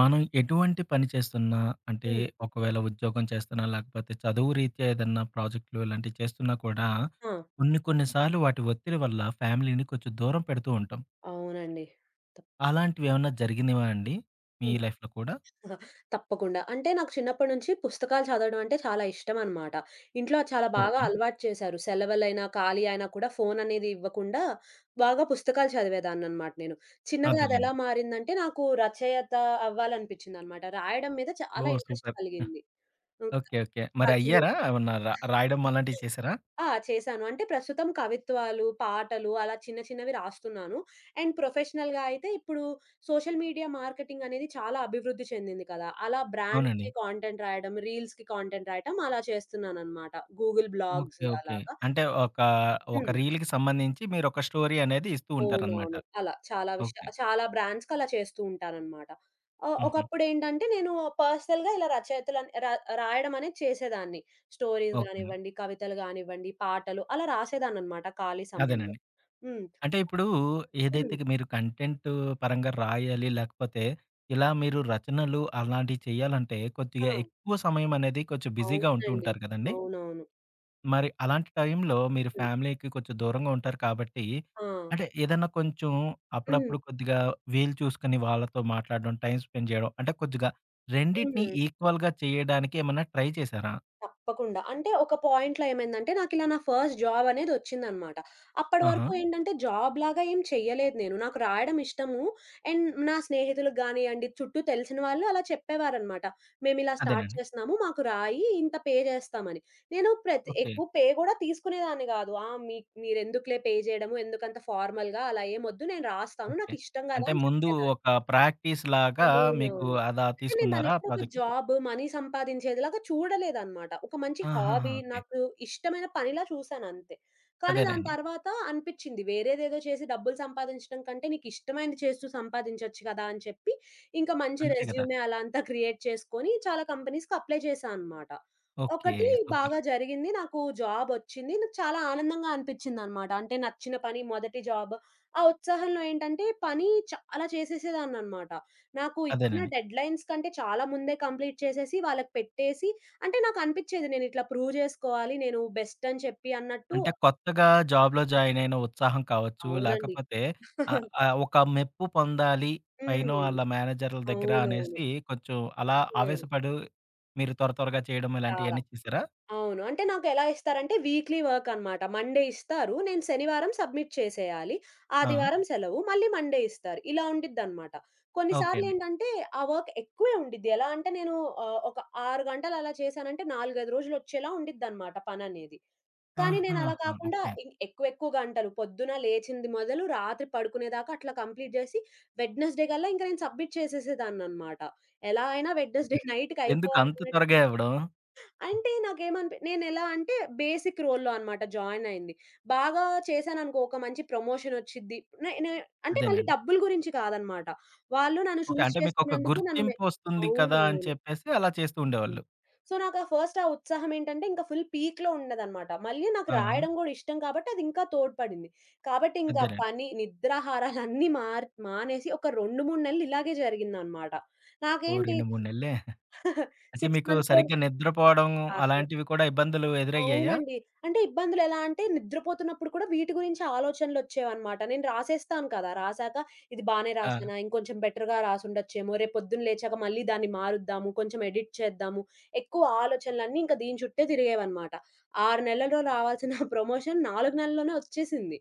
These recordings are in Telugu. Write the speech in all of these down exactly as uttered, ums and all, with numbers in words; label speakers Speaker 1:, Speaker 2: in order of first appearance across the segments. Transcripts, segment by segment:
Speaker 1: మనం ఎటువంటి పని చేస్తున్నా అంటే
Speaker 2: హ్మ్.
Speaker 1: ఒకవేళ ఉద్యోగం చేస్తున్నా లేకపోతే చదువు రీత్యా ఏదన్నా ప్రాజెక్టులు ఇలాంటివి చేస్తున్నా కూడా
Speaker 2: ఆ!
Speaker 1: కొన్ని కొన్నిసార్లు వాటి ఒత్తిడి వల్ల ఫ్యామిలీని కొంచెం దూరం పెడుతూ ఉంటాం.
Speaker 2: అవునండి. తప్
Speaker 1: అలాంటివి ఏమన్నా జరిగినవా అండి మీ
Speaker 2: హ్మ్.
Speaker 1: లైఫ్‌లో కూడా?
Speaker 2: అహా! తప్పకుండా. అంటే నాకు చిన్నప్పటి నుంచి పుస్తకాలు చదవడం అంటే చాలా ఇష్టమనమాట. ఇంట్లో అది చాలా బాగా ఓకే.
Speaker 1: ఓకే.
Speaker 2: అలవాటు చేశారు. సెలవులైనా, ఖాళీ అయినా కూడా ఫోను అనేది ఇవ్వకుండా బాగా పుస్తకాలు చదివేదాన్ననమాట నేను. చిన్నగా అదెలా
Speaker 1: అదేలెండి.
Speaker 2: హ్మ్. మారిందంటే నాకు రచయిత అవ్వాలనిపించిందనమాట. రాయడం మీద చాలా
Speaker 1: ఓహ్!
Speaker 2: Interest
Speaker 1: super.
Speaker 2: కలిగింది. హ్మ్.
Speaker 1: Okay, okay. మరి
Speaker 2: కథలు
Speaker 1: అయ్యారా? ఏమన్నా రా రాయడం అలాంటివి చేశారా?
Speaker 2: ఆ! చేశాను. అంటే ప్రస్తుతం కవిత్వాలు, పాటలు అలా చిన్న చిన్నవి రాస్తున్నాను. అండ్ ప్రొఫెషనల్‌గా అయితే ఇప్పుడు సోషల్ మీడియా మార్కెటింగ్ అనేది చాలా అభివృద్ధి చెందింది కదా! అలా
Speaker 1: అవునండి.
Speaker 2: బ్రాండ్స్‌కి కాంటెంట్ రాయడం, రీల్స్‌కి కాంటెంట్ రాయడం అలా చేస్తున్నాననమాట. Google blogs
Speaker 1: okay, okay.
Speaker 2: అలాగా.
Speaker 1: అంటే ఒక, ఒక
Speaker 2: హ్మ్.
Speaker 1: రీల్‌కి సంబంధించి మీరొక స్టోరీ అనేది ఇస్తూ ఉంటారనమాట.
Speaker 2: అవునవును. అలా చాలా విషయ
Speaker 1: ఓకే.
Speaker 2: చాలా బ్రాండ్స్‌కి అలా చేస్తూ ఉంటాననమాట. ఆహ్,
Speaker 1: హుహు.
Speaker 2: ఒకప్పుడేంటంటే నేను పర్సనల్‌గా ఇలా రచయితలని ర రాయడం అనేది చేసేదాన్ని. స్టోరీస్
Speaker 1: ఓకే అండి.
Speaker 2: గానివ్వండి, కవితలు గానివ్వండి, పాటలు అలా రాసేదాన్ననమాట ఖాళీ సమయంలో.
Speaker 1: అదేనండి.
Speaker 2: హ్మ్.
Speaker 1: అంటే ఇప్పుడు
Speaker 2: హ్మ్.
Speaker 1: ఏదైతే మీరు కంటెంట్ పరంగా రాయాలి, లేకపోతే ఇలా మీరు రచనలు అలాంటివి చేయాలంటే
Speaker 2: ఆ!
Speaker 1: కొద్దిగా ఎక్కువ సమయం అనేది కొంచెం బిజీగా ఉంటూ
Speaker 2: అవునండి.
Speaker 1: ఉంటారు కదండీ!
Speaker 2: అవునవును.
Speaker 1: మరి అలాంటి టైంలో మీరు
Speaker 2: హ్మ్.
Speaker 1: ఫ్యామిలీకి కొంచెం దూరంగా ఉంటారు కాబట్టి,
Speaker 2: ఆ!
Speaker 1: అంటే ఏదన్నా కొంచెం
Speaker 2: హ్మ్.
Speaker 1: అప్పుడప్పుడు కొద్దిగా వీలు చూసుకొని వాళ్ళతో మాట్లాడడం, టైం స్పెండ్ చేయడం అంటే కొద్దిగా రెండిటిని
Speaker 2: హ్మ్.
Speaker 1: ఈక్వల్‌గా చేయడానికి ఏమన్నా ట్రై చేశారా?
Speaker 2: తప్పకుండా. అంటే ఒక పాయింట్‌లో ఏమైందంటే, నాకిలా నా ఫస్ట్ జాబ్ అనేదొచ్చిందనమాట. అప్పటి
Speaker 1: ఆహా!
Speaker 2: వరకు ఏంటంటే, జాబ్ లాగా ఏం చెయ్యలేదు నేను. నాకు రాయడం ఇష్టము. అండ్ నా స్నేహితులకు గానియండి, చుట్టూ తెలిసిన వాళ్ళు అలా చెప్పేవారనమాట. "మేమిలా స్టార్ట్
Speaker 1: అదేనండి.
Speaker 2: చేస్తున్నాము. మాకు రాయి, ఇంత పే చేస్తామని." నేను ప్రతి
Speaker 1: ఓకే,
Speaker 2: ఎక్కువ పే గూడా తీసుకునేదాన్ని గాదు. ఆ! మీ మీరెందుకులే పే చేయడము, ఎందుకంత ఫార్మల్‌గా అలా ఏమొద్దు. నేను రాస్తాను.
Speaker 1: ఓకే.
Speaker 2: నాకిష్టం గదా!
Speaker 1: అంటే
Speaker 2: అని
Speaker 1: ముందు
Speaker 2: చెప్పేదాన్ని.
Speaker 1: ఒక ప్రాక్టీస్‌లాగా మీకు
Speaker 2: అవునవును.
Speaker 1: అలా
Speaker 2: అంటే నేను
Speaker 1: తీసుకున్నారా ఆ
Speaker 2: దాన్నెప్పుడు ఒక
Speaker 1: ప్రాజెక్ట్?
Speaker 2: జాబ్, మనీ సంపాదించేదిలాగా చూడలేదనమాట. ఒక మంచి
Speaker 1: ఆహాహా!
Speaker 2: Hobby,
Speaker 1: okay.
Speaker 2: నాకు ఇష్టమైన పనిలా చూసానంతే. కానీ ఆహా! దాని
Speaker 1: అదేనండి.
Speaker 2: తర్వాత అనిపిచ్చింది వేరేదేదో చేసి డబ్బులు సంపాదించడం కంటే నీకిష్టమైనది చేస్తూ సంపాదించొచ్చు కదా! అని చెప్పి ఇంకా మంచి
Speaker 1: అంతే గదా!
Speaker 2: రెజ్యూమే అలా అంతా క్రియేట్ చేసుకొని చాలా కంపెనీస్‌కి అప్లై చేశా అనమాట.
Speaker 1: ఓకే.
Speaker 2: ఒకటి
Speaker 1: సూపర్.
Speaker 2: బాగా జరిగింది. నాకు జాబొచ్చింది. నాకు చాలా ఆనందంగా అనిపిచ్చిందనమాట. అంటే నచ్చిన పని మొదటి జాబ్. ఆ ఉత్సాహంలో ఏంటంటే పని చాలా చేసేసేదాన్ననమాట. నాకు ఇచ్చిన
Speaker 1: అదేనండి.
Speaker 2: డెడ్‌లైన్స్ కంటే చాలా ముందే కంప్లీట్ చేసేసి, వాళ్ళకి పెట్టేసి అంటే నాకనిపిచ్చేది నేనిట్లా ప్రూవ్ జేసుకోవాలి, నేను బెస్ట్ అని చెప్పి అన్నట్టు.
Speaker 1: అంటే కొత్తగా జాబ్‌లో జాయిన్ అయిన ఉత్సాహం కావచ్చు,
Speaker 2: అవునండి.
Speaker 1: లేకపోతే ఆహ్, ఆహ్, ఒక మెప్పు పొందాలి పైనో
Speaker 2: హ్మ్.
Speaker 1: ఆళ్ళ మేనేజర్ల దగ్గర
Speaker 2: అవునవును.
Speaker 1: అనేసి కొంచెం అలా
Speaker 2: హ్మ్.
Speaker 1: ఆవేశపడు మీరు త్వర త్వరగా చేయడం
Speaker 2: చాలా.
Speaker 1: ఇలాంటియన్నీ చేసారా?
Speaker 2: అవును. అంటే నాకెలా ఇస్తారంటే వీక్లీ వర్క్ అనమాట. మండే ఇస్తారు. నేను శనివారం సబ్మిట్ చేసేయాలి.
Speaker 1: ఆ!
Speaker 2: ఆదివారం సెలవు. మళ్ళీ మండే ఇస్తారు. ఇలా ఉండిద్దనమాట.
Speaker 1: ఓకే అండి.
Speaker 2: కొన్నిసార్లేంటంటే ఆ వర్క్ ఎక్కువే ఉండిద్ది. ఎలా అంటే నేను ఆహ్, ఒక ఆరు గంటలు అలా చేశానంటే నాలుగు, ఐదు రోజులొచ్చేలా ఉండిద్దనమాట పననేది. కానీ నేనలా
Speaker 1: ఆహాహా!
Speaker 2: కాకుండా
Speaker 1: ఓకే.
Speaker 2: ఇం ఎక్కువ ఎక్కువ గంటలు పొద్దున లేచింది మొదలు రాత్రి పడుకునేదాకా అట్లా కంప్లీట్ జేసి వెడ్నెస్‌డే కల్లా ఇంక నేను సబ్మిట్ చేసేసేదాన్ననమాట. ఎలా అయినా వెడ్నెస్‌డే నైట్‌కి
Speaker 1: ఎందుకు అంత
Speaker 2: అయిపోవాలన్నట్టు.
Speaker 1: త్వరగా ఇవ్వడం?
Speaker 2: అంటే నాకేమనిపి నేనెలా అంటే బేసిక్ రోల్‌లో అనమాట జాయిన్ అయింది. బాగా చేశాననుకో ఒక మంచి ప్రమోషన్ ఒచ్చిద్ది. నే నే అంటే మళ్ళీ
Speaker 1: అదేనండి.
Speaker 2: డబ్బుల గురించి కాదనమాట. వాళ్ళు నన్ను
Speaker 1: ఓకే.
Speaker 2: చూజ్
Speaker 1: అంటే మీకొక
Speaker 2: చేసుకున్నందుకు నన్ను మె
Speaker 1: గుర్తింపొస్తుంది కదా! అని
Speaker 2: అవునవును.
Speaker 1: చెప్పేసి అలా చేస్తూ
Speaker 2: హ్మ్.
Speaker 1: ఉండేవాళ్ళు.
Speaker 2: సో, నాకా ఫస్ట్ ఆ ఉత్సాహం ఏంటంటే, ఇంకా ఫుల్ పీక్‌లో ఉన్నదనమాట. మళ్ళీ నాకు
Speaker 1: ఆ!
Speaker 2: హ్మ్. రాయడం గూడా ఇష్టం కాబట్టి అది ఇంకా తోడ్పడింది. కాబట్టి ఇంకా
Speaker 1: అదేనండి.
Speaker 2: పని, నిద్రాహారాలన్నీ మార్ మానేసి ఒక రెండు, మూడు నెలలు ఇలాగే జరిగిందనమాట.
Speaker 1: ఓహ్!
Speaker 2: నాకేంటి
Speaker 1: రెండు, మూడు నెలలే. అంటే
Speaker 2: ఆరు
Speaker 1: మీకు
Speaker 2: మంత్స్‌లో
Speaker 1: సరిగ్గా నిద్రపోవడం
Speaker 2: ఆ!
Speaker 1: అలాంటివి కూడా ఇబ్బందులు ఎదురయ్యాయా?
Speaker 2: అవునండి. అంటే ఇబ్బందులెలా అంటే, నిద్రపోతున్నప్పుడు కూడా వీటి గురించి ఆలోచనలొచ్చేవనమాట. నేను రాసేస్తాను కదా! రాసాక ఇది బానే
Speaker 1: ఆ!
Speaker 2: రాసానా? ఇంకొంచెం బెటర్‌గా రాసుండొచ్చేమో! రేపు పొద్దున్న లేచాక మళ్ళీ దాన్ని మారుద్దాము, కొంచెం ఎడిట్ చేద్దాము. ఎక్కువ ఆలోచనలన్నీ ఇంక దీని చుట్టే తిరిగేవనమాట. ఆరు నెలల్లో రావాల్సిన ప్రమోషన్ నాలుగు నెలల్లోనే వచ్చేసింది.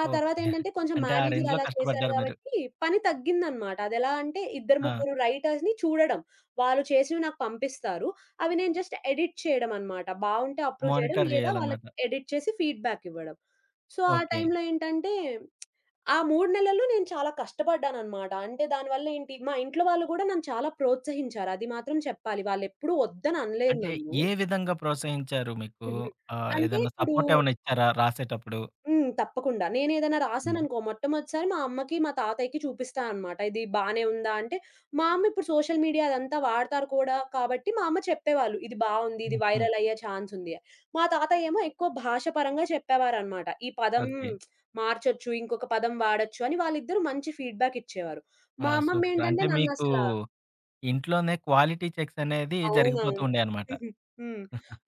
Speaker 2: ఆ
Speaker 1: ఓకే.
Speaker 2: తర్వాతేంటంటే, కొంచెం
Speaker 1: అంటే ఆ
Speaker 2: మేనేజర్
Speaker 1: రేంజ్‌లో
Speaker 2: అలా చేశారు
Speaker 1: కష్టపడ్డారు మీరు.
Speaker 2: గాబట్టి, పని తగ్గిందనమాట. అదెలా అంటే, ఇద్దరు
Speaker 1: ఆ!
Speaker 2: ముగ్గురు రైటర్స్‌ని చూడడం. వాళ్ళు చేసినవి నాకు పంపిస్తారు. అవి నేను జస్ట్ ఎడిట్ చేయడం అన్నమాట. బావుంటే అప్రూవ్ చేయడం,
Speaker 1: మానిటర్
Speaker 2: లేదా వాళ్ళకి
Speaker 1: చేయాలన్నమాట.
Speaker 2: ఎడిట్ చేసి ఫీడ్‌బ్యాక్ ఇవ్వడం. సో, ఆ
Speaker 1: ఓకే.
Speaker 2: టైంలో ఏంటంటే, ఆ మూడు నెలలు నేను చాలా కష్టపడ్డానన్నమాట. అంటే దానివల్ల ఏంటి, మా ఇంట్లో వాళ్ళు గూడా నన్ను చాలా ప్రోత్సహించారు. అది మాత్రం చెప్పాలి. వాళ్ళెప్పుడూ వద్దని అనలేదు
Speaker 1: అంటే
Speaker 2: నన్ను.
Speaker 1: ఏ విధంగా ప్రోత్సహించారు మీకు? ఆహ్,
Speaker 2: అంటే
Speaker 1: ఏదన్నా
Speaker 2: ఇప్పుడు
Speaker 1: సపోర్ట్ ఏమైనా ఇచ్చారా రాసేటప్పుడు?
Speaker 2: హ్మ్. తప్పకుండా. నేనేదైనా
Speaker 1: హ్మ్.
Speaker 2: రాశాననుకో మొట్టమొదటిసారి మా అమ్మకి, మా తాతయ్యకి చూపిస్తా అనమాట. ఇది బానే ఉందా అంటే, మా అమ్మ ఇప్పుడు సోషల్ మీడియా అదంతా వాడతారు కూడా కాబట్టి మా అమ్మ చెప్పేవాళ్ళు. ఇది బావుంది. ఇది
Speaker 1: హుహు.
Speaker 2: వైరల్ అయ్యే ఛాన్స్ ఉంది. అని. మా తాతయ్య ఏమో ఎక్కువ భాష పరంగా చెప్పేవారనమాట. ఈ పదం
Speaker 1: ఓకే.
Speaker 2: మార్చొచ్చు. ఇంకొక పదం వాడొచ్చు అని వాళ్ళిద్దరూ మంచి ఫీడ్‌బ్యాక్ ఇచ్చేవారు.
Speaker 1: ఆ!
Speaker 2: మా అమ్మమ్మ
Speaker 1: సూపర్.
Speaker 2: ఏంటంటే
Speaker 1: అంటే మీకు
Speaker 2: నన్నసల
Speaker 1: ఇంట్లోనే క్వాలిటీ చెక్స్ అనేది జరిగిపోతూ
Speaker 2: అవునవును.
Speaker 1: ఉండేయన్నమాట.
Speaker 2: హ్మ్.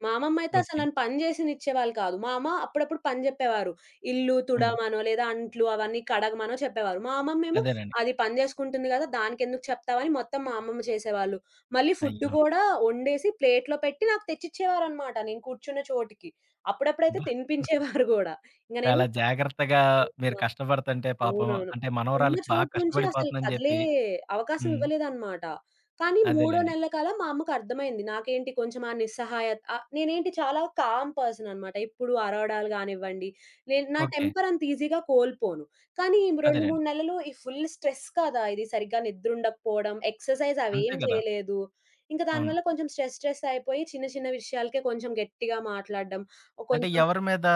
Speaker 2: మా అమ్మమ్మ అయితే అసలు
Speaker 1: ఓకే.
Speaker 2: నన్ను పని జేసినిచ్చేవాళ్ళు కాదు. మా అమ్మ అప్పుడప్పుడు పని జెప్పేవారు. ఇల్లు హ్మ్.
Speaker 1: హ్మ్.
Speaker 2: తుడవమనో, లేదా అంట్లు అవన్నీ కడగమనో చెప్పేవారు. మా అమ్మమ్మేమో
Speaker 1: అదేనండి.
Speaker 2: అది పని జేసుకుంటుంది గదా! దానికెందుకు చెప్తావని మొత్తం మా అమ్మమ్మ చేసేవాళ్ళు. మళ్ళీ ఫుడ్
Speaker 1: అయ్యో!
Speaker 2: గూడా వండేసి ప్లేట్‌లో పెట్టి నాకు తెచ్చిచ్చేవారనమాట నేను కూర్చున్న చోటికి. అప్పుడప్పుడైతే
Speaker 1: అబ్బా!
Speaker 2: తినిపించేవారు గూడా. ఇంగ నేను
Speaker 1: చాలా జాగ్రత్తగా మీరు కష్టపడుతుంటే పాపం
Speaker 2: అవునవును.
Speaker 1: అంటే
Speaker 2: ఉన్న
Speaker 1: మనవరాలకి బాగా
Speaker 2: చోటు నుంచి అసలు
Speaker 1: కష్టపడిపోతుందని
Speaker 2: కదిలే
Speaker 1: జెప్పి
Speaker 2: అవకాశం
Speaker 1: హ్మ్.
Speaker 2: ఇవ్వలేదన్నమాట. కానీ మూడో
Speaker 1: అదేలెండి.
Speaker 2: నెల కల్లా మా అమ్మకి అర్థమైంది. నాకేంటి కొంచెం ఆ నిస్సహాయత ఆహ్, నేనేంటి చాలా కామ్ పర్సన్ అన్నమాట. ఎప్పుడు అరవడాలు గానివ్వండి, నేను నా
Speaker 1: ఓకే.
Speaker 2: టెంపర్ అంత ఈజీగా కోల్పోను. కానీ రెండు, మూడు
Speaker 1: అదేలెండి.
Speaker 2: నెలలు ఈ ఫుల్ స్ట్రెస్ కదా! ఇది సరిగ్గా నిద్ర ఉండకపోవడం, ఎక్సర్‌సైజ్
Speaker 1: అంతే
Speaker 2: అవేం
Speaker 1: గదా!
Speaker 2: చేయలేదు. ఇంకా
Speaker 1: అవును.
Speaker 2: దానివల్ల కొంచెం స్ట్రెస్, స్ట్రెస్ అయిపోయి చిన్న చిన్న విషయాలకే కొంచెం గట్టిగా మాట్లాడడం,
Speaker 1: అంటే
Speaker 2: కొంచెం
Speaker 1: ఎవరి మీద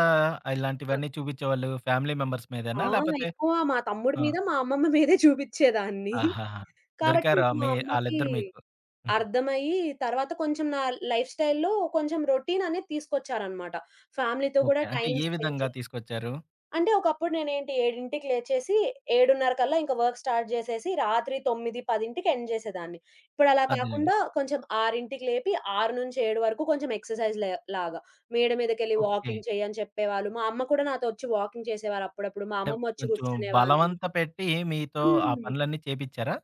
Speaker 2: ఆ!
Speaker 1: ఇలాంటివన్నీ చూపించేవాళ్ళు? ఫ్యామిలీ మెంబర్స్
Speaker 2: ఆ!
Speaker 1: మీదేనా? లేపోతే
Speaker 2: ఎక్కువ మా తమ్ముడి
Speaker 1: ఆ!
Speaker 2: మీద, మా అమ్మమ్మ మీదే చూపిచ్చేదాన్ని.
Speaker 1: ఆహాహా!
Speaker 2: కాబట్టి
Speaker 1: దొరికారా
Speaker 2: ఇంక మా
Speaker 1: మీ
Speaker 2: అమ్మకి
Speaker 1: ఆళ్ళిద్దరు మీకు? హ్మ్.
Speaker 2: అర్థమయ్యి, తర్వాత కొంచెం నా లైఫ్ స్టైల్‌లో కొంచెం రొటీన్ అనేది తీసుకొచ్చారనమాట. ఫ్యామిలీతో గూడా
Speaker 1: ఓకే. అంటే
Speaker 2: టైమ్
Speaker 1: ఏ
Speaker 2: స్పెండ్
Speaker 1: విధంగా
Speaker 2: చే
Speaker 1: తీసుకొచ్చారు?
Speaker 2: అంటే ఒకప్పుడు నేనేంటి ఏడుకి లేచేసి ఏడున్నర కల్లా ఇంక వర్క్ స్టార్ట్ జేసేసి రాత్రి తొమ్మిది, పదికి ఎండ్ జేసేదాన్ని. ఇప్పుడలా
Speaker 1: అదేలెండి.
Speaker 2: కాకుండా కొంచెం ఆరుకి లేపి ఆరు నుంచి ఏడు వరకు కొంచెం ఎక్సర్‌సైజ్ లే లాగా. మేడ మీదకెళ్ళి
Speaker 1: ఓకే.
Speaker 2: వాకింగ్ చెయ్యని చెప్పేవాళ్ళు. మా అమ్మ కూడా నాతో ఒచ్చి వాకింగ్ చేసేవారు అప్పుడప్పుడు. మా
Speaker 1: అంటే
Speaker 2: అమ్మమ్మ ఒచ్చి
Speaker 1: కొంచెం
Speaker 2: గూర్చునేవాళ్ళు.
Speaker 1: బలవంత పెట్టి మీతో ఆ
Speaker 2: హ్మ్.
Speaker 1: పనులన్నీ చేపిచ్చారా?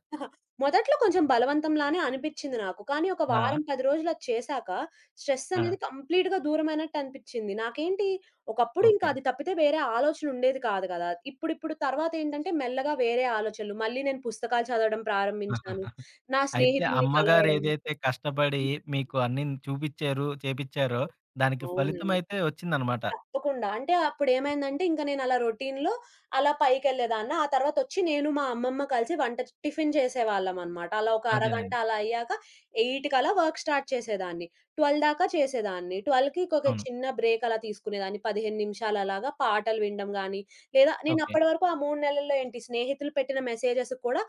Speaker 2: మొదట్లో కొంచెం బలవంతంలానే అనిపిచ్చింది నాకు. కానీ ఒక
Speaker 1: ఆ!
Speaker 2: వారం, పది రోజులు అది చేశాక స్ట్రెస్
Speaker 1: ఆ!
Speaker 2: అనేది కంప్లీట్‌గా దూరమైనట్టు అనిపిచ్చింది. నాకేంటి ఒకప్పుడు ఇంకా
Speaker 1: ఓకే.
Speaker 2: అది తప్పితే వేరే ఆలోచన ఉండేది కాదు కదా! ఇప్పుడిప్పుడు తర్వాత ఏంటంటే మెల్లగా వేరే ఆలోచనలు. మళ్ళీ నేను పుస్తకాలు చదవడం ప్రారంభించాను.
Speaker 1: ఆహాహా!
Speaker 2: నా
Speaker 1: అయితే
Speaker 2: స్నేహితుల్ని
Speaker 1: అమ్మగారు
Speaker 2: కలవడం.
Speaker 1: ఏదైతే కష్టపడి మీకు అన్ని చూపిచ్చారు, చేపిచ్చారో దానికి
Speaker 2: అవునండి.
Speaker 1: ఫలితమైతే వచ్చిందనమాట.
Speaker 2: తప్పకుండా. అంటే అప్పుడేమైందంటే, ఇంక నేనలా రొటీన్‌లో అలా పైకెళ్ళేదాన్న. ఆ తర్వాతొచ్చి నేను, మా అమ్మమ్మ కలిసి వంట టిఫిన్ చేసేవాళ్ళమనమాట. అలా ఒక అరగంట
Speaker 1: అదేనండి.
Speaker 2: అలా అయ్యాక ఎనిమిదికల్లా వర్క్ స్టార్ట్ చేసేదాన్ని. పన్నెండు దాకా చేసేదాన్ని. పన్నెండుకి ఒక
Speaker 1: అవును.
Speaker 2: చిన్న బ్రేక్ అలా తీసుకునేదాన్ని. పదిహేను నిమిషాలు అలాగా పాటలు వినడం గానీ, లేదా
Speaker 1: ఓకే.
Speaker 2: నేనప్పటి వరకు ఆ మూడు నెలల్లో ఏంటి స్నేహితులు పెట్టిన మెసేజెస్‌కి కూడా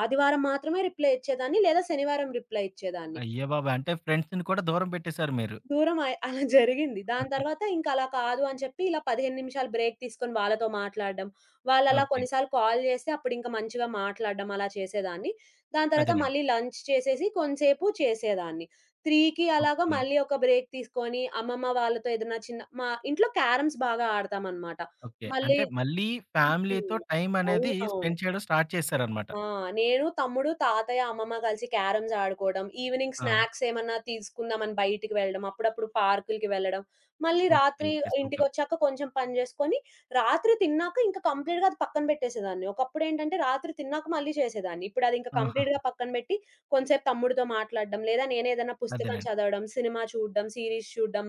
Speaker 2: ఆదివారం మాత్రమే రిప్లై ఇచ్చేదాన్ని, లేదా శనివారం రిప్లై ఇచ్చేదాన్ని.
Speaker 1: అయ్య బాబోయ్! అంటే ఫ్రెండ్స్‌ని కూడా దూరం పెట్టేసారు మీరు.
Speaker 2: దూరం అయ్ అలా జరిగింది. దాని తర్వాత ఇంక అలా కాదు అని చెప్పి ఇలా పదిహేను నిమిషాలు బ్రేక్ తీసుకొని వాళ్ళతో మాట్లాడడం. వాళ్ళలా
Speaker 1: ఓకే.
Speaker 2: కొన్నిసార్లు కాల్ చేస్తే అప్పుడింక మంచిగా మాట్లాడడం అలా చేసేదాన్ని. దాని తర్వాత
Speaker 1: అదేనండి.
Speaker 2: మళ్ళీ లంచ్ చేసేసి కొంసేపు చేసేదాన్ని. మూడుకి అలాగా
Speaker 1: ఓకే,
Speaker 2: మళ్ళీ ఒక బ్రేక్ తీసుకొని అమ్మమ్మ వాళ్ళతో ఏదన్నా చిన్న మా ఇంట్లో క్యారమ్స్ బాగా ఆడతామనమాట.
Speaker 1: ఓకే.
Speaker 2: మళ్ళీ
Speaker 1: అంటే మళ్ళీ ఫ్యామిలీతో
Speaker 2: హ్మ్.
Speaker 1: టైం అనేది
Speaker 2: అవునవును.
Speaker 1: స్పెండ్ చేయడం స్టార్ట్ చేశారనమాట.
Speaker 2: ఆ! నేను, తమ్ముడు, తాతయ్య, అమ్మమ్మ కలిసి క్యారమ్స్ ఆడుకోవడం, ఈవినింగ్
Speaker 1: ఆ!
Speaker 2: స్నాక్స్ ఏమన్నా తీసుకుందామని బయటికి వెళ్ళడం, అప్పుడప్పుడు పార్కులకి వెళ్ళడం, మళ్ళీ
Speaker 1: ఓకే,
Speaker 2: రాత్రి
Speaker 1: ఓకే. సూపర్.
Speaker 2: ఇంటికొచ్చాక కొంచెం పని చేసుకొని, రాత్రి తిన్నాక ఇంక కంప్లీట్‌గా అది పక్కన పెట్టేసేదాన్ని. ఒకప్పుడేంటంటే రాత్రి తిన్నాక మళ్ళీ చేసేదాన్ని. ఇప్పుడది ఇంక హ్మ్.
Speaker 1: ఆహా!
Speaker 2: కంప్లీట్‌గా పక్కన పెట్టి, కొంసేపు తమ్ముడితో మాట్లాడడం, లేదా నేనే ఏదైనా పుస్తకం
Speaker 1: అదేనండి.
Speaker 2: చదవడం, సినిమా చూడడం, సీరీస్ చూడడం,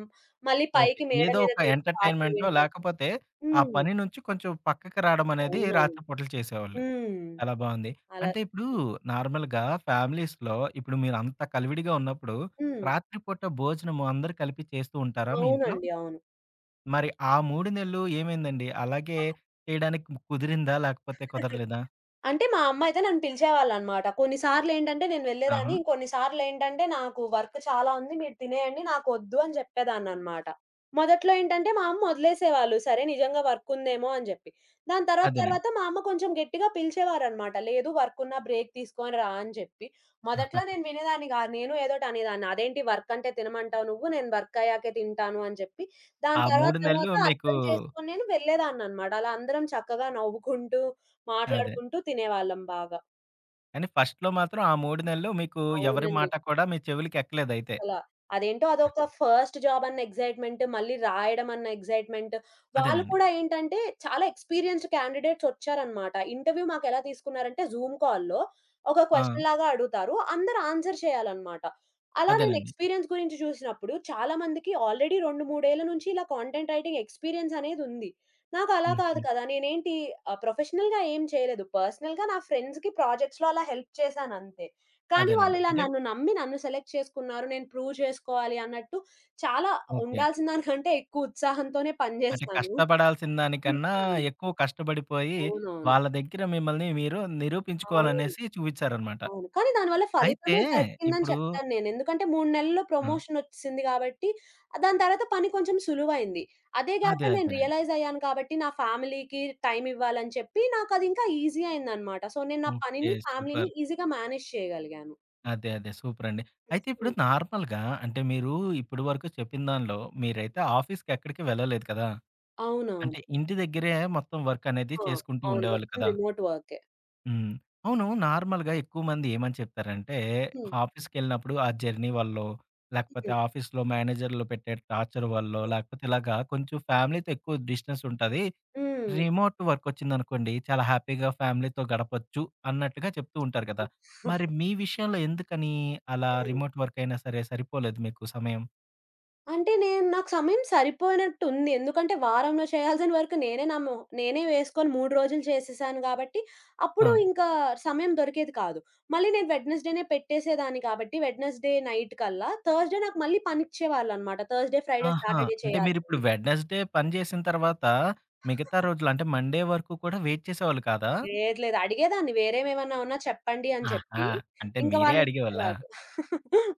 Speaker 2: మళ్ళీ
Speaker 1: ఓకే.
Speaker 2: పైకి ఓకే. మేడ
Speaker 1: ఏదో
Speaker 2: మీదకి
Speaker 1: ఒక
Speaker 2: వెళ్ళి పాటలు
Speaker 1: ఎంటర్‌టైన్‌మెంటో
Speaker 2: వినడం.
Speaker 1: లేకపోతే ఆ
Speaker 2: హ్మ్.
Speaker 1: పని నుంచి కొంచెం పక్కకి రాడం అనేది
Speaker 2: అవునవును.
Speaker 1: రాత్రి పూటలు చేసేవాళ్ళు.
Speaker 2: హ్మ్.
Speaker 1: చాలా బావుంది.
Speaker 2: అలా
Speaker 1: అంటే ఇప్పుడు నార్మల్‌గా ఫ్యామిలీస్‌లో ఇప్పుడు మీరంత కలివిడిగా ఉన్నప్పుడు,
Speaker 2: హ్మ్.
Speaker 1: రాత్రి పూట భోజనము అందరూ కలిపి చేస్తూ ఉంటారా మీ ఇంట్లో?
Speaker 2: అవునండి. అవును.
Speaker 1: మరి ఆ మూడు నెలలు ఏమైందండి? అలాగే చేయడానికి కుదిరిందా? లేకపోతే కుదరలేదా?
Speaker 2: అంటే మా అమ్మ అయితే నన్ను పిలిచేవాళ్ళనమాట. కొన్నిసార్లేంటంటే నేను వెళ్ళేదాన్ని.
Speaker 1: ఆహా!
Speaker 2: ఇంకొన్నిసార్లేంటంటే నాకు వర్క్ చాలా ఉంది. మీరు తినేయండి నాకొద్దు అని చెప్పేదాన్ననమాట. మొదట్లో ఏంటంటే మా అమ్మ వదిలేసేవాళ్ళు. సరే నిజంగా వర్క్ ఉందేమో అని జెప్పి. దాని తర్వాత
Speaker 1: అదేనండి.
Speaker 2: తర్వాత మా అమ్మ కొంచెం గట్టిగా పిలిచేవారనమాట. లేదు వర్క్ ఉన్నా బ్రేక్ తీసుకొని రా అని జెప్పి. మొదట్లో
Speaker 1: ఆహా.
Speaker 2: నేను వినేదాన్ని గాదు. నేను ఏదోటి అనేదాన్ని. అదేంటి వర్క్ అంటే తినమంటావు నువ్వు నేను వర్క్ అయ్యాకే తింటాను అని జెప్పి.
Speaker 1: ఆ
Speaker 2: దాని తర్వాత
Speaker 1: మూడు నెలలు
Speaker 2: తర్వాత
Speaker 1: మీకు
Speaker 2: అర్థం చేసుకొని నేను వెళ్ళేదాన్ననమాట. అలా అందరం చక్కగా నవ్వుకుంటూ
Speaker 1: అదే.
Speaker 2: మాట్లాడుకుంటూ తినేవాళ్ళం బాగా.
Speaker 1: కానీ ఫస్ట్‌లో మాత్రం ఆ మూడు నెలలు మీకు ఎవరి
Speaker 2: అవునండి.
Speaker 1: మాట కూడా మీ చెవులకెక్కలేదయితే.
Speaker 2: అసల. అదేంటో అదొక ఫస్ట్ జాబ్ అన్న ఎక్సైట్‌మెంట్, మళ్ళీ రాయడం అన్న ఎక్సైట్‌మెంట్. వాళ్ళు
Speaker 1: అదేనండి.
Speaker 2: కూడా ఏంటంటే చాలా ఎక్స్‌పీరియన్స్‌డ్ క్యాండిడేట్స్ వచ్చారనమాట. ఇంటర్వ్యూ మాకెలా తీసుకున్నారంటే జూమ్ కాల్‌లో ఒక
Speaker 1: ఆ!
Speaker 2: క్వెషన్ లాగా అడుగుతారు. అందరూ ఆన్సర్ చేయాలనమాట. అలా నేను
Speaker 1: అదేనండి.
Speaker 2: ఎక్స్‌పీరియన్స్ గురించి చూసినప్పుడు చాలా మందికి ఆల్రెడీ రెండు, మూడు ఏళ్ల నుంచి ఇలా కాంటెంట్ రైటింగ్ ఎక్స్‌పీరియన్స్ అనేది ఉంది. నాకు అలా కాదు
Speaker 1: హుహు.
Speaker 2: కదా! నేనేంటి ఆహ్, ప్రొఫెషనల్‌గా ఏం చేయలేదు. పర్సనల్‌గా నా ఫ్రెండ్స్‌కి ప్రాజెక్ట్స్‌లో అలా హెల్ప్ చేశానంతే. కానీ
Speaker 1: అదేనండి.
Speaker 2: వాళ్ళిలా
Speaker 1: అంటే
Speaker 2: నన్ను నమ్మి నన్ను సెలెక్ట్ చేసుకున్నారు. నేను ప్రూవ్ చేసుకోవాలి అన్నట్టు చాలా
Speaker 1: ఓకే.
Speaker 2: ఉండాల్సిన దానికంటే ఎక్కువ ఉత్సాహంతోనే పని
Speaker 1: అంటే
Speaker 2: జేశాను.
Speaker 1: కష్టపడాల్సిన దానికన్నా
Speaker 2: హ్మ్.
Speaker 1: ఎక్కువ కష్టపడిపోయి,
Speaker 2: అవునవును.
Speaker 1: వాళ్ళ దగ్గర మిమ్మల్ని మీరు
Speaker 2: అవును.
Speaker 1: నిరూపించుకోవాలనేసి చూపించారనమాట.
Speaker 2: అవును. కానీ దానివల్ల
Speaker 1: అయితే
Speaker 2: ఫలితమే దక్కిందని
Speaker 1: ఇప్పుడు
Speaker 2: చెప్తాను నేను. ఎందుకంటే మూడు నెలల్లో
Speaker 1: ఆ!
Speaker 2: ప్రమోషనొచ్చేసింది గాబట్టి, దాని తర్వాత పని కొంచెం సులువైంది. అదే
Speaker 1: అదే
Speaker 2: గ్యాప్‌లో నేను
Speaker 1: అదేనండి.
Speaker 2: రియలైజ్ అయ్యాను కాబట్టి, నా ఫ్యామిలీకి టైమ్ ఇవ్వాలని చెప్పి నాకదింకా ఈజీ అయిందనమాట. సో, నేను నా
Speaker 1: ఓకే.
Speaker 2: పనిని, ఫ్యామిలీని
Speaker 1: సూపర్.
Speaker 2: ఈజీగా మేనేజ్ చేయగలిగాను.
Speaker 1: అదే అదే. సూపరండి. అయితే
Speaker 2: హ్మ్.
Speaker 1: ఇప్పుడు నార్మల్‌గా అంటే మీరు ఇప్పటి వరకు చెప్పిన దానిలో మీరైతే ఆఫీస్‌కి ఎక్కడికి వెళ్ళలేదు కదా!
Speaker 2: అవునవును.
Speaker 1: అంటే ఇంటి దగ్గరే మొత్తం వర్క్ అనేది
Speaker 2: ఆ!
Speaker 1: చేసుకుంటూ
Speaker 2: అవును.
Speaker 1: ఉండేవాళ్ళు
Speaker 2: మొత్తం
Speaker 1: కదా!
Speaker 2: రిమోట్ వర్కే.
Speaker 1: హ్మ్. అవును. నార్మల్‌గా ఎక్కువ మంది ఏమని చెప్తారంటే,
Speaker 2: హ్మ్.
Speaker 1: ఆఫీస్‌కెళ్ళినప్పుడు ఆ జర్నీ వల్లో, లేకపోతే
Speaker 2: హ్మ్.
Speaker 1: ఆఫీస్‌లో మేనేజర్‌లు పెట్టే టార్చర్ వల్లో, లేకపోతే ఇలాగా కొంచెం ఫ్యామిలీతో ఎక్కువ డిస్టెన్స్ ఉంటది.
Speaker 2: హ్మ్.
Speaker 1: రిమోట్ వర్క్ వచ్చిందనుకోండి, చాలా హ్యాపీగా ఫ్యామిలీతో గడపొచ్చు అన్నట్టుగా చెప్తూ ఉంటారు కదా! మరి మీ విషయంలో ఎందుకని అలా
Speaker 2: హ్మ్.
Speaker 1: రిమోట్ వర్క్ అయినా సరే సరిపోలేదు మీకు సమయం?
Speaker 2: అంటే నేను నాకు సమయం సరిపోయినట్టుంది. ఎందుకంటే వారంలో చేయాల్సిన వరకు నేనే నా మొ నేనే వేసుకొని మూడు రోజులు చేసేసాను కాబట్టి, అప్పుడు
Speaker 1: ఆ!
Speaker 2: ఇంకా సమయం దొరికేది కాదు. మళ్ళీ నేను వెడ్నెస్‌డేనే పెట్టేసేదాన్ని కాబట్టి వెడ్నెస్‌డే నైట్ కల్లా థర్స్‌డే నాకు మళ్ళీ పనిచ్చేవాళ్ళనమాట. థర్స్‌డే, ఫ్రైడే,
Speaker 1: ఆహా!
Speaker 2: సాటర్డే
Speaker 1: అంటే మీరిప్పుడు
Speaker 2: చేయాల్సింది.
Speaker 1: వెడ్నెస్‌డే పని చేసిన తర్వాత, మిగతా రోజులు అంటే మండే వరకు కూడా వెయిట్ చేసేవాళ్ళు కాదా?
Speaker 2: లేదు. లేదు. అడిగేదాన్ని వేరేవేమన్నా ఉన్నా చెప్పండి అని చెప్పి.
Speaker 1: ఆహా! అంటే
Speaker 2: ఇంకా హ్మ్.
Speaker 1: మీరే అడిగేవాళ్ళా?
Speaker 2: వాళ్ళిచ్చేవారు.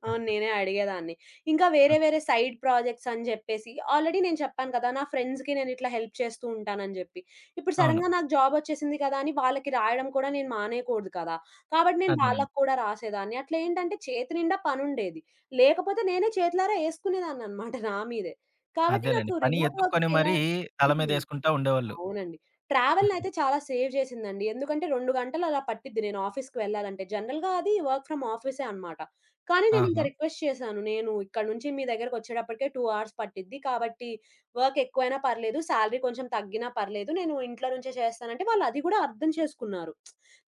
Speaker 2: అవును. నేనే అడిగేదాన్ని. ఇంకా వేరే
Speaker 1: ఓకే.
Speaker 2: వేరే సైడ్ ప్రాజెక్ట్స్ అని జెప్పేసి ఆల్రెడీ నేను చెప్పాను కదా! నా ఫ్రెండ్స్‌కి నేనిట్లా హెల్ప్ చేస్తూ ఉంటానని జెప్పి. ఇప్పుడు
Speaker 1: అవును.
Speaker 2: సడెన్‌గా నాకు జాబొచ్చేసింది కదా! అని వాళ్ళకి రాయడం కూడా నేను మానేయకూడదు కదా! కాబట్టి నేను
Speaker 1: అదేనండి.
Speaker 2: వాళ్ళకి కూడా రాసేదాన్ని. అట్లా ఏంటంటే చేతి నిండా పనుండేది. లేకపోతే నేనే చేతులారా యేసుకునేదాన్ననమాట నా మీదే. కాబట్టి నాకు
Speaker 1: అదేలెండి. పని
Speaker 2: రిమోట్ వర్క్
Speaker 1: ఎతుక్కొని
Speaker 2: ఎలా
Speaker 1: మరీ తల
Speaker 2: హ్మ్.
Speaker 1: మీదేసుకుంటా ఉండేవాళ్ళు.
Speaker 2: అవునండి. ట్రావెల్‌నయితే చాలా సేవ్ చేసిందండి. ఎందుకంటే రెండు గంటలు అలా పట్టిద్ది నేను ఆఫీస్‌కి వెళ్ళాలంటే. జనరల్‌గా అది వర్క్ ఫ్రమ్ ఆఫీసే అనమాట. కానీ నేనింక
Speaker 1: ఆహా!
Speaker 2: రిక్వెస్ట్ చేశాను. నేను ఇక్కడ నుంచి మీ దగ్గరకొచ్చేటప్పటికే రెండు అవర్స్ పట్టిద్ది. కాబట్టి వర్క్ ఎక్కువైనా పర్లేదు, శాలరీ కొంచెం తగ్గినా పర్లేదు. నేను ఇంట్లో నుంచే చేస్తానంటే వాళ్ళు అది గూడా అర్థం చేసుకున్నారు.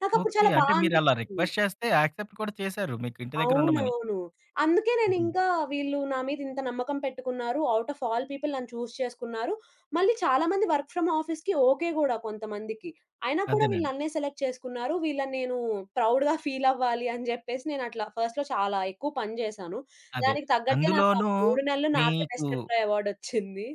Speaker 2: నాకప్పుడు
Speaker 1: ఓకే.
Speaker 2: చాలా బా
Speaker 1: అంటే మీరలా
Speaker 2: అనిపిచ్చింది.
Speaker 1: రిక్వెస్ట్ చేస్తే యాక్సెప్ట్ కూడా చేశారు మీకు ఇంటి దగ్గర ఉండమని.
Speaker 2: అవునవును. అందుకే
Speaker 1: హుహు.
Speaker 2: నేనింకా వీళ్ళు నా మీద ఇంత నమ్మకం పెట్టుకున్నారు. ఔట్ ఆఫ్ ఆల్ పీపుల్ నన్ను చూజ్ చేసుకున్నారు. మళ్ళీ చాలా మంది వర్క్ ఫ్రమ్ ఆఫీస్‌కి ఓకే గూడా కొంతమందికి. అయినా కూడా వీళ్ళు
Speaker 1: అదేనండి.
Speaker 2: నన్నే సెలెక్ట్ చేసుకున్నారు. వీళ్ళని నేను ప్రౌడ్‌గా ఫీల్ అవ్వాలి అని జెప్పేసి నేనట్లా ఫస్ట్‌లో చాలా ఎక్కువ పని జేశాను.
Speaker 1: అదే.
Speaker 2: దానికి తగ్గట్టే నాకు ఆ
Speaker 1: అందులోనూ
Speaker 2: మూడు నెలలు నాకే
Speaker 1: మీకు
Speaker 2: బెస్ట్ ఎంప్లాయీ అవార్డొచ్చింది.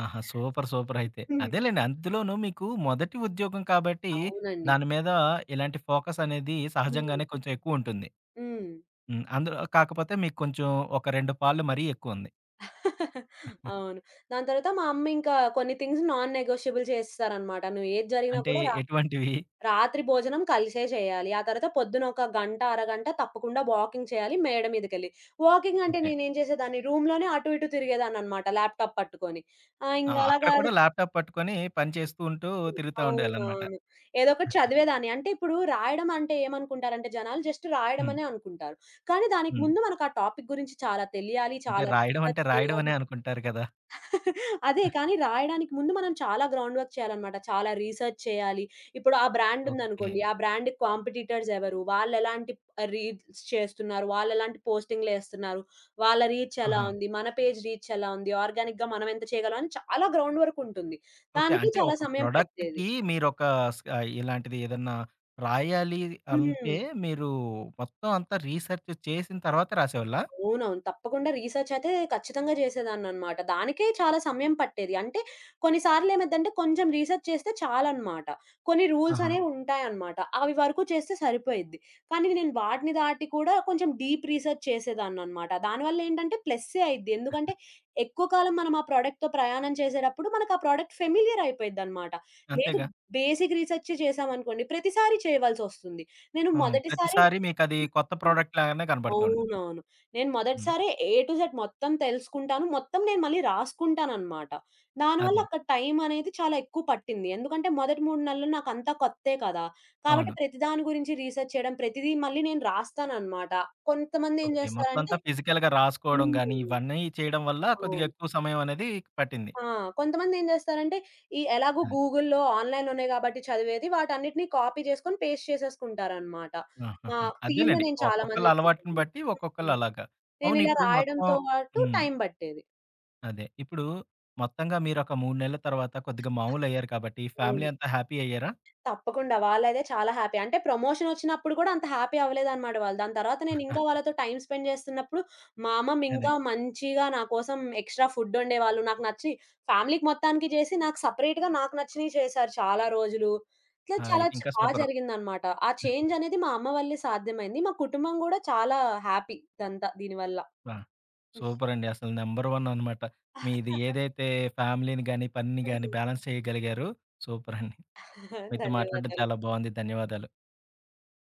Speaker 1: ఆహా! సూపర్. సూపర్ అయితే.
Speaker 2: హ్మ్.
Speaker 1: అదేలెండి. అందులోనూ మీకు మొదటి ఉద్యోగం కాబట్టి
Speaker 2: అవునండి.
Speaker 1: దాని మీద ఇలాంటి ఫోకస్ అనేది
Speaker 2: హ్మ్.
Speaker 1: సహజంగానే కొంచెం ఎక్కువుంటుంది.
Speaker 2: హ్మ్.
Speaker 1: హ్మ్. అందులో కాకపోతే మీకు కొంచెం ఒక రెండు పాళ్ళు మరీ ఎక్కువుంది.
Speaker 2: అవును. దాని తర్వాత మా అమ్మ ఇంకా కొన్ని థింగ్స్ నాన్ నెగోషియబుల్ చేసేసారనమాట. నువ్వు ఏది జరిగినా
Speaker 1: అంటే
Speaker 2: కూడా
Speaker 1: ఎటువంటివి?
Speaker 2: రాత్రి భోజనం కలిసే చేయాలి. ఆ తర్వాత పొద్దున ఒక గంట, అరగంట తప్పకుండా వాకింగ్ చేయాలి మేడ మీదకెళ్ళి. వాకింగ్ అంటే
Speaker 1: ఓకే.
Speaker 2: నేనేం చేసేదాన్ని రూమ్‌లోనే అటు ఇటు తిరిగేదాన్ననమాట ల్యాప్‌టాప్ పట్టుకొని. ఆ!
Speaker 1: ఆ!
Speaker 2: ఇంక అలా
Speaker 1: అక్కడ
Speaker 2: కాదు.
Speaker 1: కూడా ల్యాప్‌టాప్ పట్టుకొని పని చేస్తూ ఉంటూ తిరుగుతా ఉండేవాళ్ళనమాట.
Speaker 2: అవునవును. ఏదో ఒకటి చదివేదాన్ని. అంటే ఇప్పుడు రాయడం అంటే ఏమనుకుంటారంటే జనాలు జస్ట్ రాయడం
Speaker 1: హ్మ్.
Speaker 2: అనే అనుకుంటారు. కానీ దానికి
Speaker 1: హ్మ్.
Speaker 2: ముందు మనకు ఆ టాపిక్ గురించి చాలా తెలియాలి.
Speaker 1: అంటే
Speaker 2: చాలా
Speaker 1: రాయడం
Speaker 2: రీసెర్చ్
Speaker 1: అంటే రాయడం
Speaker 2: చేయాలి.
Speaker 1: అనే అనుకుంటారు కదా!
Speaker 2: అదే. కానీ రాయడానికి ముందు మనం చాలా గ్రౌండ్ వర్క్ చేయాలనమాట. చాలా రీసెర్చ్ చేయాలి. ఇప్పుడు ఆ బ్రాండ్
Speaker 1: ఓకే.
Speaker 2: ఉందనుకోండి. ఆ బ్రాండ్‌కి కాంపిటీటర్స్ ఎవరు? వాళ్ళెలాంటి రీల్స్ చేస్తున్నారు? వాళ్ళెలాంటి పోస్టింగ్‌లేస్తున్నారు? వాళ్ళ రీచ్ ఎలా
Speaker 1: ఆహా!
Speaker 2: ఉంది? మన పేజ్ రీచ్ ఎలా ఉంది? ఆర్గానిక్‌గా మనం ఎంత చేయగలం? అని చాలా గ్రౌండ్ వర్క్ ఉంటుంది.
Speaker 1: ఓకే.
Speaker 2: దానికి
Speaker 1: అంటే
Speaker 2: చాలా
Speaker 1: ఒక
Speaker 2: సమయం పట్టేది.
Speaker 1: ప్రొడక్ట్‌కి మీరొక స్ ఆహ్, ఇలాంటిది ఏదన్నా రాయాలి
Speaker 2: హ్మ్.
Speaker 1: అంటే మీరు మొత్తం అంతా రీసెర్చ్ చేసిన తర్వాత రాసేవాళ్ళా?
Speaker 2: అవునవును. తప్పకుండా రీసెర్చ్ అయితే ఖచ్చితంగా చేసేదాన్ననమాట. దానికే చాలా సమయం పట్టేది. అంటే కొన్ని సార్లేమైద్దంటే కొంచెం రీసెర్చ్ చేస్తే చాలనమాట. కొన్ని రూల్స్
Speaker 1: ఆహా!
Speaker 2: అనేవుంటాయనమాట. అవి వరకు చేస్తే సరిపోయిద్ది. కానీ నేను వాటిని దాటి కూడా కొంచెం డీప్ రీసెర్చ్ చేసేదాన్ననమాట. దానివల్లేంటంటే ప్లస్సే అయిద్ది. ఎందుకంటే ఎక్కువ కాలం మనం ఆ ప్రొడక్ట్‌తో ప్రయాణం చేసేటప్పుడు మనకు ఆ ప్రొడక్ట్ ఫెమిలియర్ అయిపోయిద్దనమాట. లేదు
Speaker 1: అంతేగా.
Speaker 2: బేసిక్ రీసెర్చే చేశామనుకోండి ప్రతిసారి చేయవలసొస్తుంది. నేను
Speaker 1: హ్మ్.
Speaker 2: మొదటిసారి
Speaker 1: ప్రతిసారి మీకది కొత్త ప్రొడక్ట్ లాగానే కనపడుతూ ఉంటుంది.
Speaker 2: అవునవును. నేను
Speaker 1: హ్మ్.
Speaker 2: మొదటిసారి ఏ టు జెడ్ మొత్తం తెలుసుకుంటాను. మొత్తం నేను మళ్ళీ రాసుకుంటాననమాట. హ్మ్. దానివల్ల
Speaker 1: అదే.
Speaker 2: అక్కడ టైం అనేది చాలా ఎక్కువ పట్టింది. ఎందుకంటే మొదటి మూడు నెలలు నాకంతా కొత్తే కదా! కాబట్టి
Speaker 1: అవును.
Speaker 2: ప్రతి దాని గురించి రీసెర్చ్ చేయడం, ప్రతిదీ మళ్ళీ నేను రాస్తాననమాట. కొంతమందేం
Speaker 1: ఓకే. మొత్తం
Speaker 2: చేస్తారంటే
Speaker 1: అంతా ఫిజికల్‌గా రాసుకోవడం గాని,
Speaker 2: హ్మ్.
Speaker 1: ఇవన్నీ చేయడం వల్ల కొద్దిగా
Speaker 2: అవును.
Speaker 1: ఎక్కువ సమయం అనేది పట్టింది.
Speaker 2: ఆ! కొంతమందేం చేస్తారంటే ఈ ఎలాగో
Speaker 1: అది.
Speaker 2: గూగుల్‌లో, ఆన్‌లైన్‌లోనే కాబట్టి చదివేది వాటన్నిటిని కాపీ చేసుకొని పేస్ట్ చేసేసుకుంటారనమాట. మా
Speaker 1: ఆహాహా!
Speaker 2: టీమ్‌లో
Speaker 1: అదేలెండి.
Speaker 2: నేను చాలా
Speaker 1: ఒక్కొక్కళ్ళ
Speaker 2: మందిని
Speaker 1: అలవాటుని
Speaker 2: చూసాను.
Speaker 1: బట్టి ఒక్కొక్కళ్ళు
Speaker 2: హ్మ్.
Speaker 1: అలాగా. అవును
Speaker 2: నేనిలా హ్మ్.
Speaker 1: ఇప్పుడు మొత్తం
Speaker 2: రాయడంతో పాటు
Speaker 1: హ్మ్.
Speaker 2: టైం పట్టేది.
Speaker 1: అదే. ఇప్పుడు మొత్తంగా మీరొక మూడు నెలల తర్వాత కొద్దిగా మామూలయ్యారు కాబట్టి
Speaker 2: అవును.
Speaker 1: ఫ్యామిలీ అంతా హ్యాపీ అయ్యారా?
Speaker 2: తప్పకుండా వాళ్ళైతే చాలా హ్యాపీ. అంటే ప్రమోషనొచ్చినప్పుడు గూడా అంత హ్యాపీ అవ్వలేదనమాట వాళ్ళు. దాని తర్వాత
Speaker 1: ఆ,
Speaker 2: నేనింకా వాళ్ళతో టైమ్ స్పెండ్ జేస్తున్నప్పుడు, మా
Speaker 1: అదే.
Speaker 2: అమ్మమ్మింకా మంచిగా నా కోసం ఎక్స్‌ట్రా ఫుడ్డొండేవాళ్ళు. నాకు నచ్చి ఫ్యామిలీకి మొత్తానికి జేసి, నాకు సెపరేట్‌గా నాకు నచ్చినియి చేశారు చాలా రోజులు. ఇట్లా
Speaker 1: ఆ!
Speaker 2: చాలా
Speaker 1: ఇది
Speaker 2: చ
Speaker 1: ఇంకా
Speaker 2: బా
Speaker 1: సూపరు.
Speaker 2: జరిగిందనమాట. ఆ చేంజనేది మా అమ్మ వల్లే సాధ్యమైంది. మా కుటుంబం గూడా చాలా హ్యాపీ ఇదంతా దీనివల్ల.
Speaker 1: ఆ! సూపరండి. అసలు నంబర్ వన్ అనమాట. మీది ఏదైతే ఫ్యామిలీని గాని, పనిని
Speaker 2: హ్మ్.
Speaker 1: గాని బ్యాలెన్స్ చేయగలిగారు సూపరండి.
Speaker 2: హ్మ్.
Speaker 1: మీతో మాట్లాడడం
Speaker 2: ధన్యవాదాలు.
Speaker 1: చాలా బాగుంది. ధన్యవాదాలు.